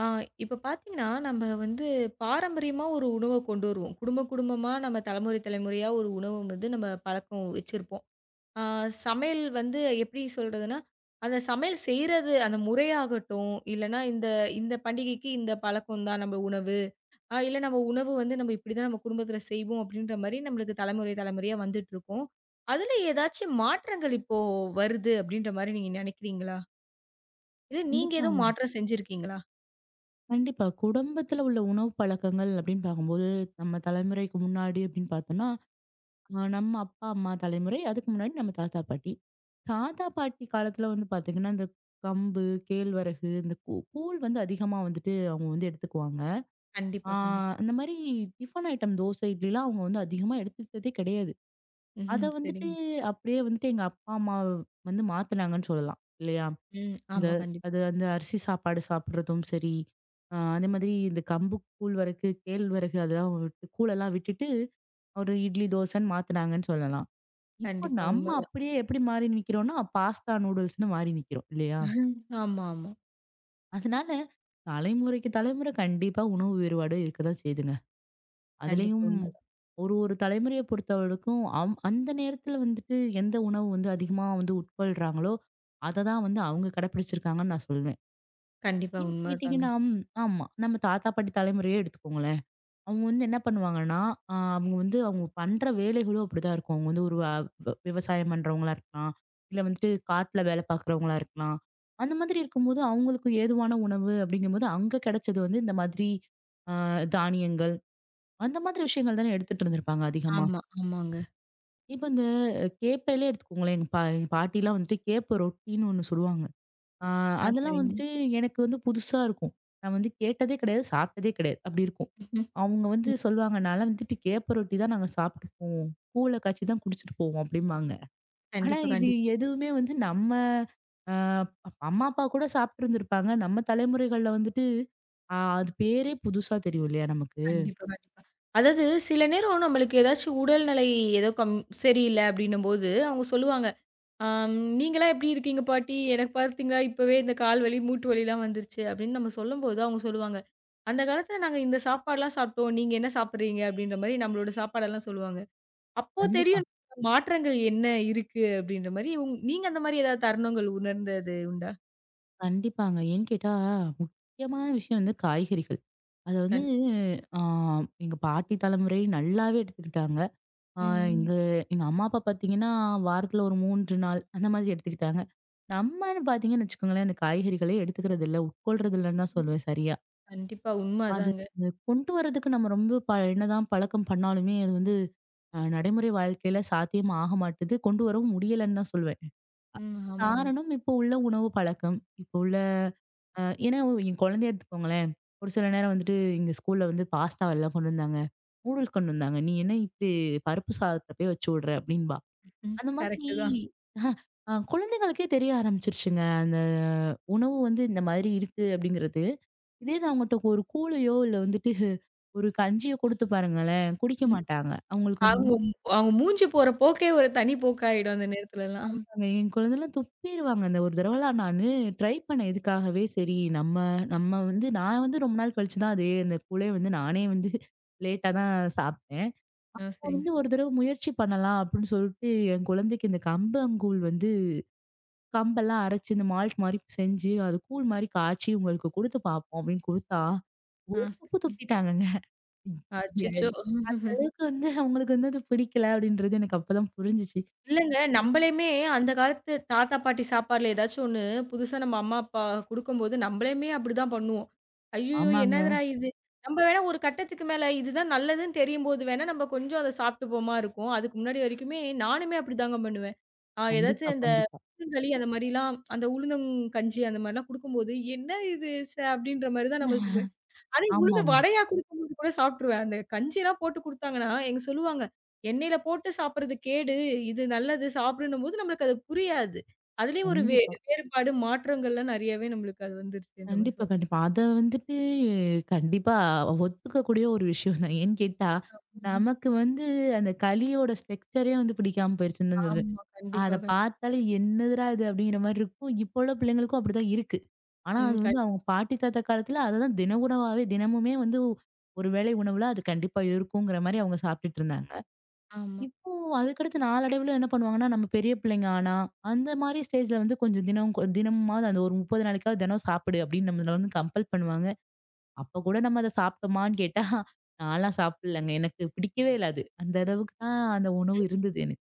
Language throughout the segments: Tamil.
ஆ, இப்ப பார்த்தீங்கன்னா, நம்ம வந்து பாரம்பரியமா ஒரு உணவ கொண்டு வருவோம். குடும்ப குடும்பமா நம்ம தலைமுறை தலைமுறையா ஒரு உணவு வந்து நம்ம பழக்கம் வச்சிருப்போம். ஆ சமையல் வந்து எப்படி சொல்றதுன்னா, அந்த சமையல் செய்றது அந்த முறையாகட்டும், இல்லன்னா இந்த இந்த பண்டிகைக்கு இந்த பழக்கம் தான் நம்ம உணவு. இல்ல நம்ம உணவு வந்து நம்ம இப்படிதான் நம்ம குடும்பத்தில செய்வோம் அப்படின்ற மாரி நம்மளுக்கு தலைமுறை தலைமுறையா வந்துட்டுருக்கும். அதுல ஏதாச்சும் மாற்றங்கள் இப்போ வருது அப்படின்ற மாரி நீங்க நினைக்கிறீங்களா? இல்ல நீங்க எதுவும் கண்டிப்பாங்க. மாற்றம் செஞ்சிருக்கீங்களா? கண்டிப்பா. குடும்பத்துல உள்ள உணவு பழக்கங்கள் அப்டின்னு பார்க்கும்போது, நம்ம தலைமுறைக்கு முன்னாடி அப்டின்னு பார்த்தோம்னா, நம்ம அப்பா, அம்மா தலைமுறை, அதுக்கு முன்னாடி நம்ம தாத்தா, பாட்டி. தாத்தா, பாட்டி காலத்துல வந்து பார்த்தீங்கன்னா, இந்த கம்பு, கேழ்வரகு, இந்த கூழ் வந்து அதிகமா வந்துட்டு அவங்க வந்து எடுத்துக்குவாங்க. கண்டிப்பா, ஆ கண்டிப்பா. அந்த மாரி டிஃபன் ஐட்டம் தோசை, இட்லிலாம் அவங்க வந்து அதிகமா எடுத்துக்கிட்டதே கிடையாது. அத ம்ஹ்ம். வந்துட்டு, சரிங்க. அப்டியே வந்துட்டு எங்க அப்பா, அம்மா வந்து மாத்துனாங்கன்னு சொல்லலாம். இல்லையா? ம். இந்த ஆமா. கண்டிப்பா. அது அந்த அரிசி சாப்பாடு சாப்பிடுறதும் சரி, அதே மாதிரி இந்த கம்பு கூழ் வறக்கு, கேழ்வரகு அதெல்லாம் விட்டு கூழெல்லாம் விட்டுட்டு ஒரு இட்லி, தோசைன்னு மாத்துனாங்கன்னு சொல்லலாம். இப்போ கண்டிப்பா. நம்ம உண்மதான். அப்படியே எப்படி மாறி நிக்கிறோம்னா, பாஸ்தா, நூடுல்ஸ்ன்னு மாறி நிக்கிறோம் இல்லையா? ஆமா, ஆமா. அதனால தலைமுறைக்கு தலைமுறை கண்டிப்பா உணவு வேறுபாடு இருக்கதான் செய்யுதுங்க. கண்டிப்பா அதுலயும் உண்ம. ஒரு ஒரு தலைமுறைய பொறுத்தவரைக்கும் அந்த நேரத்துல வந்துட்டு எந்த உணவு வந்து அதிகமா வந்து உட்கொள்றாங்களோ, அததான் வந்து அவங்க கடைப்பிடிச்சிருக்காங்கன்னு நான் சொல்வேன். கண்டிப்பா ஏன்னு உண்மதாங்க. கேட்டீங்கன்னா, ம், ஆமா. நம்ம தாத்தா, பாட்டி தலைமுறையே எடுத்துக்கோங்களேன். அவங்க வந்து என்ன பண்ணுவாங்கன்னா, அவங்க வந்து அவங்க பண்ற வேலைகளும் அப்படிதான் இருக்கும். அவங்க வந்து ஒரு அ வ விவசாயம் பண்றவங்களா இருக்கலாம். இல்ல வந்துட்டு காட்டுல வேலை பார்க்குறவங்களா இருக்கலாம். அந்த மாதிரி இருக்கும்போது, அவங்களுக்கு ஏதுவான உணவு அப்படிங்கும்போது, அங்க கிடைச்சது வந்து இந்த மாதிரி அ தானியங்கள், அந்த மாதிரி விஷயங்கள் தானே எடுத்துட்டு இருந்திருப்பாங்க அதிகமா. ஆமா, ஆமாங்க. இப்ப இந்த கேப்பையிலே எடுத்துக்கோங்களேன். எங்க பாட்டிலாம் வந்துட்டு கேப்ப ரொட்டின்னு ஒண்ணு சுடுவாங்க. ஆ ஆ அதெல்லாம் சரிங்க. வந்துட்டு எனக்கு வந்து புதுசா இருக்கும். நான் வந்து கேட்டதே கிடையாது, சாப்பிட்டதே கிடையாது. அப்படி இருக்கும். ம். அவங்க வந்து சொல்லுவாங்க, "நான்லாம் வந்துட்டு கேப்ப ரொட்டி தான் நாங்க சாப்பிட்டு போவோம். கூழ காய்ச்சி தான் குடிச்சிட்டு போவோம்" அப்படிம்பாங்க. ஆனா கண்டிப்பா, இது கண்டிப்பா. எதுவுமே வந்து நம்ம அ அம்மா, அப்பா கூட சாப்பிட்டுருந்துருப்பாங்க. நம்ம தலைமுறைகள்ல வந்துட்டு அது பேரே புதுசா தெரியும் இல்லையா நமக்கு? கண்டிப்பா, கண்டிப்பா. அதாவது சில நேரம் நம்மளுக்கு ஏதாச்சும் உடல்நிலை ஏதோ சரியில்ல அப்படின்னும்போது, அவங்க சொல்லுவாங்க, "ஆம் நீங்கலாம் எப்படி இருக்கீங்க பாட்டி? எனக்கு பார்த்தீங்களா இப்பவே இந்த கால் வலி, மூட்டு வலிலாம் வந்துருச்சு." அப்படின்னு நம்ம சொல்லும்போது அவங்க சொல்லுவாங்க, "அந்த காலத்துல நாங்க இந்த சாப்பாடுலாம் சாப்பிட்டோம். நீங்க என்ன சாப்பிடுறீங்க?" அப்படின்ற மாரி நம்மளோட சாப்பாடெல்லாம் சொல்லுவாங்க. அப்போ கண்டிப்பா, தெரியும் மாற்றங்கள் என்ன இருக்கு அப்படின்ற மாரி, நீங்க அந்த மாரி ஏதாவது தருணங்கள் உணர்ந்தது உண்டா? கண்டிப்பாங்க. ஏன்னு கேட்டா, முக்கியமான விஷயம் வந்து காய்கறிகள். அத வந்து கண்டிப்பா. ஆ எங்க பாட்டி தலைமுறை நல்லாவே எடுத்துக்கிட்டாங்க. ஆ ம். எங்க எங்க அம்மா, அப்பா பார்த்தீங்கன்னா, வாரத்துல ஒரு 3 நாள் அந்த மாதிரி எடுத்துக்கிட்டாங்க. நம்மன்னு பார்த்தீங்கன்னு வச்சுக்கோங்களேன், இந்த காய்கறிகளே எடுத்துக்கிறது இல்ல. உட்கொள்றது இல்லன்னு தான் சொல்லுவேன் சரியா. கண்டிப்பா உண்ம அது அதாங்க. அது கொண்டு வரதுக்கு நம்ம ரொம்ப ப என்னதான் பழக்கம் பண்ணாலுமே, அது வந்து நடைமுறை வாழ்க்கையில சாத்தியம் ஆக மாட்டுது. கொண்டு வரவும் முடியலன்னு தான் சொல்லுவேன். ம். ஆமா, ஆமா. காரணம் இப்போ உள்ள உணவு பழக்கம். இப்போ உள்ள அ ஏன்னா என் குழந்தைய எடுத்துக்கோங்களேன். ஒரு சில நேரம் வந்துட்டு எங்க ஸ்கூல்ல வந்து பாஸ்தா எல்லாம் கொண்டு வந்தாங்க. நூடுல்ஸ் கொண்டு வந்தாங்க. "நீ என்ன இப்படி பருப்பு சாதத்த போய் வச்சு விடுற?" அப்படின்பா. ம். அந்த மாதிரி கரெக்ட்டு தான். குழந்தைகளுக்கே தெரிய ஆரம்பிச்சுருச்சுங்க. அந்த உணவு வந்து இந்த மாதிரி இருக்கு அப்படிங்கிறது. இதே இது அவங்கட்ட ஒரு கூழையோ, இல்ல வந்துட்டு ஒரு கஞ்சியோ குடுத்து பாருங்களேன், குடிக்க மாட்டாங்க. அவங்களுக்கு வந்து அவங்க அவங்க மூஞ்சி போற போக்கே ஒரு தனி போக்காயிடும் அந்த நேரத்துலலாம். என் குழந்தைலாம் துப்பிருவாங்க. அந்த ஒரு தடவலாம் நானு ட்ரை பண்ணேன் இதுக்காகவே. சரி நம்ம நம்ம வந்து நான் வந்து ரொம்ப நாள் கழிச்சு தான் அது அந்த கூழே வந்து நானே வந்து லேட்டா தான் சாப்பிட்டேன். ஆ, நான் சரிங்க. வந்து ஒரு தடவ முயற்சி பண்ணலாம் அப்படின்னு சொல்லிட்டு என் குழந்தைக்கு இந்த கம்பங்கூழ் வந்து கம்பெல்லாம் அரைச்சு இந்த மால்ட் மாரி செஞ்சு, அது கூழ் மாரி காய்ச்சி உங்களுக்கு குடுத்து பார்ப்போம் அப்படின்னு குடுத்தா, ஆ, துப்பு சரிங்க. துப்பிட்டாங்கங்க. எ- அச்சச்சோ! அந்த அளவுக்கு வந்து அவங்களுக்கு வந்து அது பிடிக்கல அப்படின்றது எனக்கு அப்பதான் புரிஞ்சுச்சு. இல்லங்க. நம்பளையுமே அந்த காலத்து தாத்தா, பாட்டி சாப்பாடுல ஏதாச்சும் ஒண்ணு புதுசா நம்ம அம்மா, அப்பா குடுக்கும்போது நம்பளையுமே அப்படிதான் பண்ணுவோம். ஐய்யயோ! ஆமாங்க. என்னதுடா இது? நம்ப வேணா ஒரு கட்டத்துக்கு மேல இதுதான் நல்லதுன்னு தெரியும்போது வேணா, நம்ம கொஞ்சம் அத சாப்பிட்டுப்போமா இருக்கும். அதுக்கு முன்னாடி வரைக்குமே நானுமே அப்படிதாங்க பண்ணுவேன். ஆ கண்டிப்பா, ஏதாச்சும் இந்த கண்டிப்பா. உளுந்தங்களி அந்த மாரிலாம் அந்த உளுந்தங்கஞ்சி அந்த மாரிலாம் குடுக்கும்போது, "என்ன இது ச" அப்படின்ற மாரி தான் நம்மளுக்கு அதே உளுந்த ஆமாமா. வடையா குடுக்கும்போது கூட சாப்ட்டுருவேன். அந்த கஞ்சிலாம் போட்டு குடுத்தாங்கன்னா, எங்க சொல்லுவாங்க, "எண்ணெயில போட்டு சாப்பிடுறது கேடு. இது நல்லது சாப்பிடுன்னும்போது" நம்மளுக்கு அது புரியாது. அதுலயும் ஒரு கண்டிப்பா. வேறுபாடு, மாற்றங்கள்லாம் நெறையாவே நம்மளுக்கு அது வந்துருச்சுன்ற மாரி கண்டிப்பா, சொல்லலாம். கண்டிப்பா. அத வந்துட்டு கண்டிப்பா ஒத்துக்கக்கூடிய ஒரு விஷயம் தான். ஏன்னு கேட்டா, நமக்கு வந்து அந்த களியோட ஸ்ட்ரக்சரே வந்து பிடிக்காம போயிருச்சுன்னு தான் சொல்லணும். ஆமா. அத கண்டிப்பா, பார்த்தாலே என்னதுடா இது! அப்படிங்கிற மாரி இருக்கும். இப்போ உள்ள பிள்ளைங்களுக்கும் அப்படிதான் இருக்கு. ஆனா ம். அது வந்து அவங்க பாட்டி தாத்தா காலத்துல அததான் தின உணவாவே தினமுமே வந்து ஒரு வேளை உணவுல அது கண்டிப்பா இருக்குங்கிற மாரி அவங்க சாப்பிட்டுட்டு இருந்தாங்க. ஆமா. இப்போ அதுக்கடுத்து நாளடைவுல என்ன பண்ணுவாங்கன்னா, நம்ம பெரிய பிள்ளைங்க ஆனா, அந்த மாரி ஸ்டேஜ்ல வந்து கொஞ்சம் தினம் தினமாவது அந்த ஒரு 30 நாளைக்காவது தினம் சாப்பிடு அப்படின்னு நம்மள வந்து கம்பல் பண்ணுவாங்க. அப்ப கூட நம்ம அத சாப்பிட்டோமான்னு கேட்டா, நான்லாம் சாப்பிடலங்க. எனக்கு பிடிக்கவே இல்ல அது. அந்த அளவுக்கு தான் அந்த உணவு இருந்தது எனக்கு.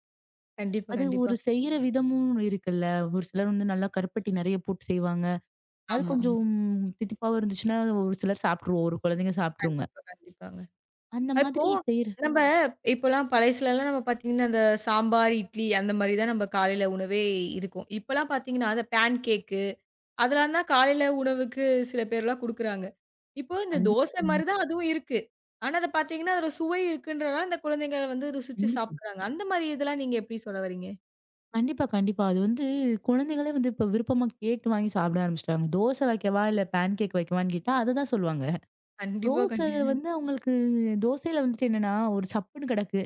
கண்டிப்பா, அது கண்டிப்பா. ஒரு செய்ற விதமும் இருக்குல்ல. ஒரு சிலர் வந்து நல்லா கருப்பட்டி நெறைய போட்டு செய்வாங்க. அது ஆமா, ஆமா. கொஞ்சம் தித்திப்பாவும் இருந்துச்சுன்னா, ஒரு சிலர் சாப்ட்ருவோம். ஒரு குழந்தைங்க சாப்ட்ருங்க. கண்டிப்பா, கண்டிப்பாங்க. அந்த இப்போ மாதிரி செய்ற நம்ப இப்போலாம் பழசுலலாம் நம்ம பாத்தீங்கன்னா, அந்த சாம்பார், இட்லி அந்த மாரி தான் நம்ம காலையில உணவே இருக்கும். இப்போலாம் பாத்தீங்கன்னா, அந்த பேன் கேக் அதெல்லாம் தான் காலையில உணவுக்கு சில பேர்லாம் குடுக்குறாங்க. இப்போ இந்த கண்டிப் தோசை ம். மாரி தான் அதுவும் இருக்கு. ஆனா அத பார்த்தீங்கன்னா, அதோட சுவை இருக்குன்றனால அந்த குழந்தைங்க வந்து ருசிச்சு கண்டிப்பா. சாப்பிடுறாங்க. அந்த மாரி இதெல்லாம் நீங்க எப்படி சொல்ல வரீங்க? கண்டிப்பா, கண்டிப்பா. அது வந்து குழந்தைகளே வந்து இப்ப விருப்பமா கேட்டு வாங்கி சாப்பிட ஆரம்பிச்சுட்டாங்க. தோசை வைக்கவா? இல்ல பேன் கேக் வைக்கவான்னு கேட்டா, அததான் சொல்லுவாங்க. கண்டிப்பா, தோசை கண்டி வந்து அவங்களுக்கு தோசையில வந்துட்டு என்னன்னா, ஒரு சப்புன்னு கிடக்கு.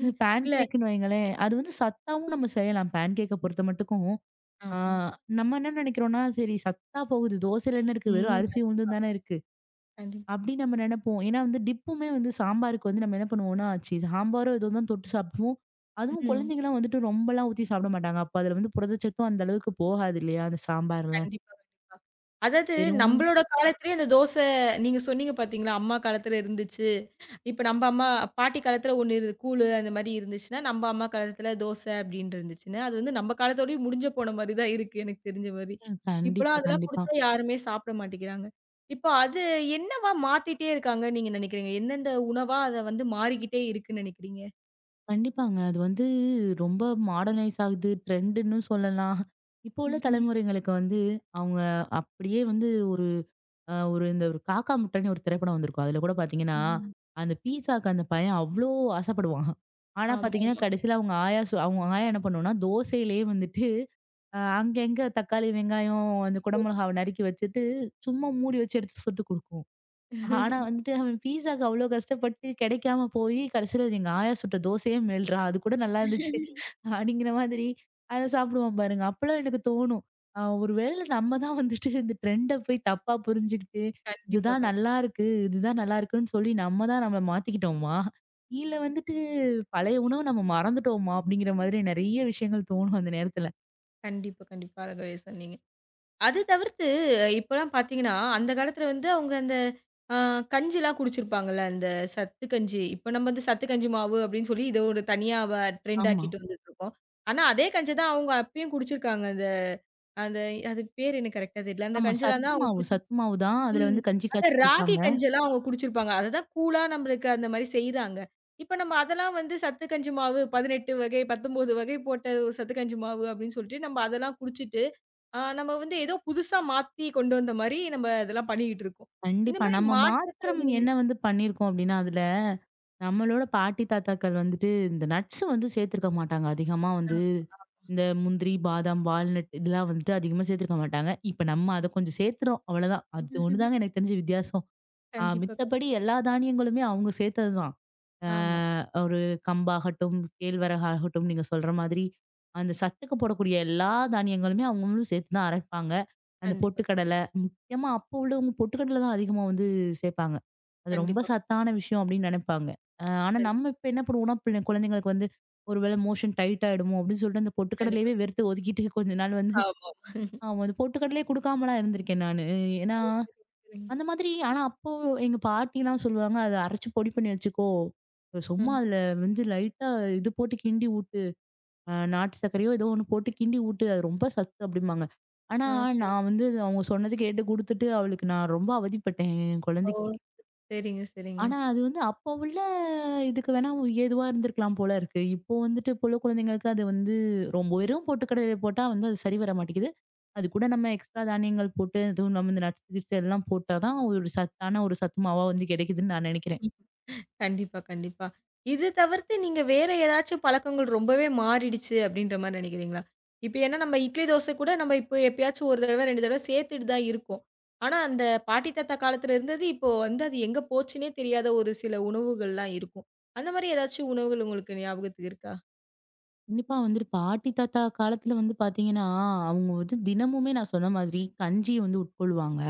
ம். பேன் இல்ல. கேக்குன்னு வைங்களேன். அது வந்து சத்தாவும் நம்ம செய்யலாம். பேன் கேக்க பொறுத்த மட்டுக்கும். ஆ ஆமா. நம்ம என்ன நினைக்கிறோம்னா, சரி சத்தா போகுது. தோசையில என்ன இருக்கு? வெறும் ம். அரிசி கண்டிப்பா. உளுந்தும் தானே இருக்கு. கண்டிப் அப்படின்னு நம்ம நினைப்போம். ஏன்னா வந்து டிப்புமே வந்து சாம்பாருக்கு வந்து நம்ம என்ன பண்ணுவோம்னா, ச்சீ சாம்பாரோ ஏதோ தான் தொட்டு சாப்பிடுவோம். அதுவும் ம். குழந்தைங்கலாம் வந்துட்டு ரொம்பலாம் ஊத்தி சாப்பிட மாட்டாங்க. அப்ப அதுல வந்து புரதச்சத்தும் அந்த அளவுக்கு போகாது இல்லையா? அந்த சாம்பார்ல. கண்டிப்பா, கண்டிப்பா. அதாவது வெறும் நம்மளோட காலத்திலேயே இந்த தோசை நீங்க சொன்னீங்க பார்த்தீங்களா, அம்மா காலத்துல இருந்துச்சு. இப்ப நம்ப அம்மா பாட்டி காலத்துல ஒண்ணு இரு கூழு அந்த மாரி இருந்துச்சுன்னா, நம்ப அம்மா காலத்துல தோச அப்டின்னு இருந்துச்சுன்னா, அது வந்து நம்ம காலத்தோடயும் முடிஞ்சு போன மாரி தான் இருக்கு எனக்கு தெரிஞ்ச மாரி. ம். இப்பலாம் கண்டிப்பா, அதெல்லாம் கண்டிப்பா. குடுத்தா யாருமே சாப்பிட மாட்டேங்கிறாங்க. இப்ப அது என்னவா மாத்திட்டே இருக்காங்கன்னு நீங்க நெனைக்கிறீங்க? எந்தெந்த உணவா அத வந்து மாறிக்கிட்டே இருக்குன்னு நெனைக்கிறீங்க? கண்டிப்பாங்க. அது வந்து ரொம்ப மாடர்னைஸ் ஆகுது. ட்ரெண்டுன்னு சொல்லலாம். இப்போ உள்ள ம்ஹ்ம். தலைமுறைங்களுக்கு வந்து அவங்க அப்படியே வந்து ஒரு காக்கா முட்டைன்னு ஒரு திரைப்படம் வந்திருக்கும். அதுல கூட பார்த்தீங்கன்னா, ஆமாமா. அந்த பீஸாக்கு அந்த பையன் அவ்ளோ ஆசைப்படுவான். ஆனா பார்த்தீங்கன்னா, ஆமாமா. கடைசியில அவங்க ஆயா சொ அவங்க ஆயா என்ன பண்ணும்னா, தோசையிலேயே வந்துட்டு அங்கங்க தக்காளி, வெங்காயம், அந்த குடை மிளகாவ நறுக்கி வச்சுட்டு, சும்மா மூடி வச்சு எடுத்து சுட்டு குடுக்கும். ஆனா வந்துட்டு அவன் பீஸாக்கு அவ்ளோ கஷ்டப்பட்டு கிடைக்காம போய் கடைசியில அது எங்க ஆயா சுட்ட தோசையே மேல்றா! அது கூட நல்லா இருந்துச்சு. அப்படிங்கிற மாதிரி அத சாப்பிடுவான் பாருங்க. அப்பலாம் எனக்கு தோணும். ஒருவேள நம்ம தான் வந்துட்டு இந்த ட்ரெண்ட போய் தப்பா புரிஞ்சுகிட்டு, கண்டிப்பா, இதுதான் கண் நல்லாருக்கு, இதுதான் நல்லாருக்குன்னு சொல்லி நம்ம தான் நம்மள மாத்திக்கிட்டோமா? இல்ல வந்துட்டு பழைய உணவ நம்ம மறந்துட்டோமா? அப்படிங்கிற மாதிரி நெறைய விஷயங்கள் தோணும் அந்த நேரத்துல. கண்டிப்பா, கண்டிப்பா. அழகாவே சொன்னீங்க. அது தவிர்த்து இப்பலாம் பார்த்தீங்கன்னா, அந்த காலத்துல வந்து அவங்க அந்த அ கஞ்சிலாம் குடிச்சிருப்பாங்கல்ல. அந்த சத்து கஞ்சி. இப்ப நம்ம வந்து சத்து கஞ்சி மாவு அப்படின்னு சொல்லி இத ஒரு தனியா ட்ரெண்ட் ஆமா. ஆக்கிட்டு வந்துட்டுருக்கோம். ஆனா அதே கஞ்சி தான் அவங்க அப்பயும் குடிச்சிருக்காங்க. அந்த அந்த அது பேர் எனக்கு கரெக்ட்டா தெரியல. அந்த ஆமா. கஞ்சிலாம் சத்து தான் அவங்க மாவு குடிச்சு சத்து மாவு தான். அதுல ம். வந்து கஞ்சி அந்த காய்ச்சி ராகி குடுப்பாங்க. கஞ்செல்லாம் அவங்க குடிச்சிருப்பாங்க. அததான் கூழா நம்மளுக்கு அந்த மாரி செய்றாங்க. இப்ப நம்ம அதெல்லாம் வந்து சத்து கஞ்சி மாவு 18 வகை, 19 வகை போட்ட ஒரு சத்து கஞ்சி மாவு அப்படின்னு சொல்லிட்டு நம்ம அதெல்லாம் குடிச்சிட்டு ஆ நம்ம வந்து ஏதோ புதுசா மாத்தி கொண்டு வந்த மாரி நம்ம இதெல்லாம் பண்ணிக்கிட்டு இருக்கோம். இந்த கண்டிப்பா. மாரி நம்ம மாற்றத்த மாற்றம் வந்து நீங்க என்ன வந்து பண்ணியிருக்கோம் அப்டின்னா, அதுல நம்மளோட பாட்டி, தாத்தாக்கள் வந்துட்டு இந்த நட்ஸ் வந்து சேர்த்திருக்க மாட்டாங்க. அதிகமா ஆ. வந்து இந்த முந்திரி, பாதாம், வால்நட் இதெல்லாம் வந்துட்டு அதிகமா சேர்த்திருக்க மாட்டாங்க. இப்ப நம்ம அத கொஞ்சம் சேர்த்துறோம். அவ்வளோதான். அது ஒண்ணுதாங்க எனக்கு தெரிஞ்சு வித்தியாசம். கண்டிப்பா, மித்தபடி கண்டிப்பா. எல்லா தானியங்களுமே அவங்க சேர்த்ததுதான். ஆ ஆமா. ஒரு கம்பாகட்டும், கேழ்வரகாகட்டும் நீங்க சொல்ற மாதிரி, அந்த சத்துக்கு போடக்கூடிய எல்லா தானியங்களுமே அவங்களும் சேர்த்து தான் அரைப்பாங்க. அந்த கண்டிப்பா, பொட்டுக்கடலை, முக்கியமா அப்போ உள்ளவங்க பொட்டுக்கடலை தான் அதிகமா வந்து சேர்ப்பாங்க. அது ரொம்ப கண்டிப்பா, சத்தான விஷயம் அப்படின்னு நினைப்பாங்க. ஆனா நம்ம கண்டிப்பா, இப்ப என்ன பண்ணுவோம்னா, பின்ன குழந்தைங்களுக்கு வந்து ஒருவேளை மோஷன் டைட் ஆயிடுமோ அப்படின்னு சொல்லிட்டு அந்த கண்டிப்பா. பொட்டுக்கடலையவே வெறுத்து ஒதுக்கிட்டு கொஞ்ச நாள் வந்து ஆமா. ஆமா அந்த பொட்டுக்கடலையே குடுக்காமலாம் இருந்திருக்கேன் நானு. ஏன்னா ஓ! சரிங்க, சரிங்க. அந்த மாதிரி ஆனா அப்போ எங்க பாட்டிலாம் சொல்லுவாங்க, "அத அரைச்சு பொடி பண்ணி வச்சுக்கோ. சும்மா ம். அதுல வந்து லைட்டா இது போட்டு கிண்டி ஊட்டு. நாட்டு சர்க்கரையோ ஏதோ ஒண்ணு போட்டு கிண்டி ஊட்டு. அது ரொம்ப சத்து" அப்படிம்பாங்க. ஆனா ஆ சரிங்க. நான் வந்து அவங்க சொன்னது கேட்டு குடுத்துட்டு அவளுக்கு நான் ரொம்ப அவதிப்பட்டேன் என் ஓ! குழந்தைக்கு. சரிங்க, சரிங்க. ஆனா, அது வந்து அப்போ உள்ள இதுக்கு வேணா ஏதுவா இருந்திருக்கலாம் போல இருக்கு. இப்போ வந்துட்டு இப்போ உள்ள குழந்தைங்களுக்கு அது வந்து ரொம்ப வெறும் பொட்டுக்கடலை போட்டா வந்து அது சரி வர மாட்டேங்குது. அது கூட நம்ம எக்ஸ்ட்ரா தானியங்கள் போட்டு, அதுவும் நம்ம இந்த நட்ஸ் கிட்ஸ் எல்லாம் போட்டா தான் ஒரு சத்தான ஒரு சத்து மாவா வந்து கிடைக்குதுன்னு நான் நினைக்கிறேன். கண்டிப்பா, கண்டிப்பா. இது தவிர்த்து நீங்க வேற ஏதாச்சும் பழக்கங்கள் ரொம்பவே மாறிடுச்சு அப்படின்ற மாரி நெனைக்கிறீங்களா? இப்ப ஏன்னா நம்ம இட்லி, தோசை கூட நம்ம இப்ப எப்பயாச்சும் 1 தடவ, 2 தடவ சேர்த்துட்டு தான் இருக்கோம். ஆனா அந்த பாட்டி, தாத்தா காலத்துல இருந்தது இப்போ வந்து அது எங்க போச்சுன்னே தெரியாத ஒரு சில உணவுகள்லாம் இருக்கும். அந்த மாரி ஏதாச்சும் உணவுகள் உங்களுக்கு ஞாபகத்துக்கு இருக்கா? கண்டிப்பா வந்துட்டு பாட்டி, தாத்தா காலத்துல வந்து பார்த்தீங்கன்னா, அவங்க வந்து தினமுமே நான் சொன்ன மாதிரி கஞ்சி வந்து உட்கொள்வாங்க.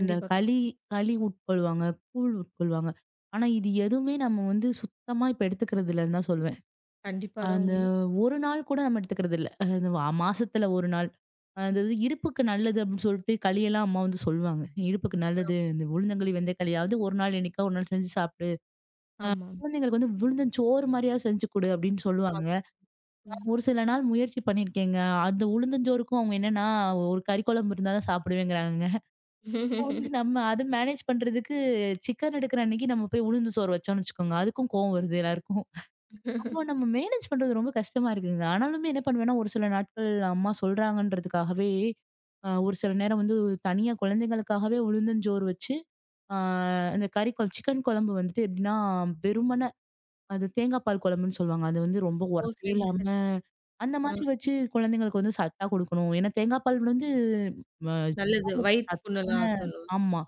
அந்த களி கண்டிப்பா. களி உட்கொள்வாங்க, கூழ் உட்கொள்வாங்க. ஆனா, இது எதுவுமே நம்ம வந்து சுத்தமா இப்ப எடுத்துக்கிறதில்லன்னு தான் சொல்லுவேன். கண்டிப்பா அதான் அந்த உண்மை. 1 நாள் கூட நம்ம எடுத்துக்கிறது இல்ல. அந்த வா மாசத்துல 1 நாள். அது வந்து இடுப்புக்கு நல்லது அப்படின்னு சொல்லிட்டு களியெல்லாம் அம்மா வந்து சொல்லுவாங்க. இடுப்புக்கு நல்லது. இந்த உளுந்தங்களி வெந்தயக்களியாவது 1 நாள் என்னைக்கா 1 நாள் செஞ்சு சாப்பிடு. அ ஆமா, குழந்தைங்களுக்கு வந்து உளுந்தஞ்சோறு மாரியாவது செஞ்சு கொடு அப்படின்னு ஆமா. சொல்லுவாங்க. ம். நான் ஒரு சில நாள் முயற்சி பண்ணியிருக்கேங்க. அந்த உளுந்தஞ்சோறுக்கும் அவங்க என்னன்னா, ஒரு கறி குழம்பு இருந்தா தான் சாப்பிடுவேங்கிறாங்கங்க. அப்ப வந்து நம்ம அத மேனேஜ் பண்றதுக்கு சிக்கன் எடுக்கிற அன்னைக்கு நம்ம போய் உளுந்து சோறு வச்சோம்னு வச்சுக்கோங்க. அதுக்கும் கோவம் வருது எல்லாருக்கும். அப்போ நம்ம மேனேஜ் பண்றது ரொம்ப கஷ்டமா இருக்குங்க. ஆனாலுமே என்ன பண்ணுவேன்னா, ஒரு சில நாட்கள் அம்மா சொல்றாங்கன்றதுக்காகவே, ஒரு சில நேரம் வந்து தனியா குழந்தைங்களுக்காகவே உளுந்தஞ்சோறு வச்சு, அ அந்த கறி கொழம்பு சிக்கன் குழம்பு வந்துட்டு எப்படின்னா, வெறுமனே அது தேங்காய் பால் குழம்புன்னு சொல்லுவாங்க. அது வந்து ரொம்ப ஓ! ஒரப்பே சரிங்க இல்லாம, சார். அந்த ஆ மாதிரி வச்சு குழந்தைங்களுக்கு வந்து சத்தா குடுக்கணும். ஏன்னா தேங்காய் பால் வந்து அ நல்லது. வயித்து சத்தான. புண்ணெல்லாம் ஆத்தணும். ஆமா.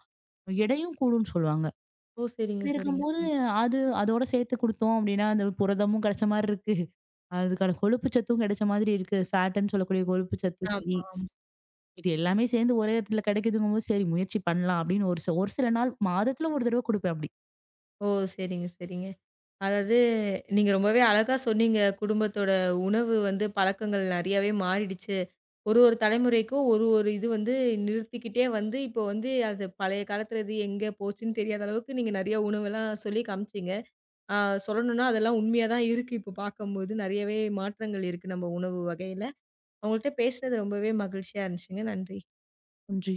எடையும் கூடும்னு சொல்லுவாங்க. ஓ! சரிங்க, அப்படி சரிங்க. இருக்கும்போது அது அதோட சேர்த்து குடுத்தோம் அப்படின்னா, அந்த புரதமும் கிடைச்ச மாரி இருக்கு. அதுக்கான கொழுப்பு சத்தும் கிடைச்ச மாதிரி இருக்கு. ஃபேட்டுன்னு சொல்லக்கூடிய கொழுப்பு சத்து ஆமா, சரி, ஆமா. இது எல்லாமே சேர்ந்து ஒரே இடத்துல கிடைக்குதுங்கும்போது, சரி முயற்சி பண்ணலாம் அப்படின்னு ஒரு சில நாள் மாதத்துல ஒரு தடவ குடுப்பேன் அப்படி. ஓ! சரிங்க, சரிங்க. அதாவது, நீங்க ரொம்பவே அழகா சொன்னீங்க. குடும்பத்தோட உணவு வந்து பழக்கங்கள் நெறையாவே மாறிடுச்சு. ஒரு ஒரு தலைமுறைக்கும் ஒரு ஒரு இது வந்து நிறுத்திக்கிட்டே வந்து, இப்போ வந்து அது பழைய காலத்துல இது எங்க போச்சுன்னு தெரியாத அளவுக்கு நீங்க நெறைய உணவெல்லாம் சொல்லி காமிச்சீங்க. ஆ சொல்லணும்னா அதெல்லாம் உண்மையா தான் இருக்கு. இப்போ பார்க்கும்போது நெறையவே மாற்றங்கள் இருக்கு நம்ம உணவு வகையில. உங்கள்ட்ட பேசினது ரொம்பவே மகிழ்ச்சியா இருந்துச்சுங்க. நன்றி. கொஞ்சி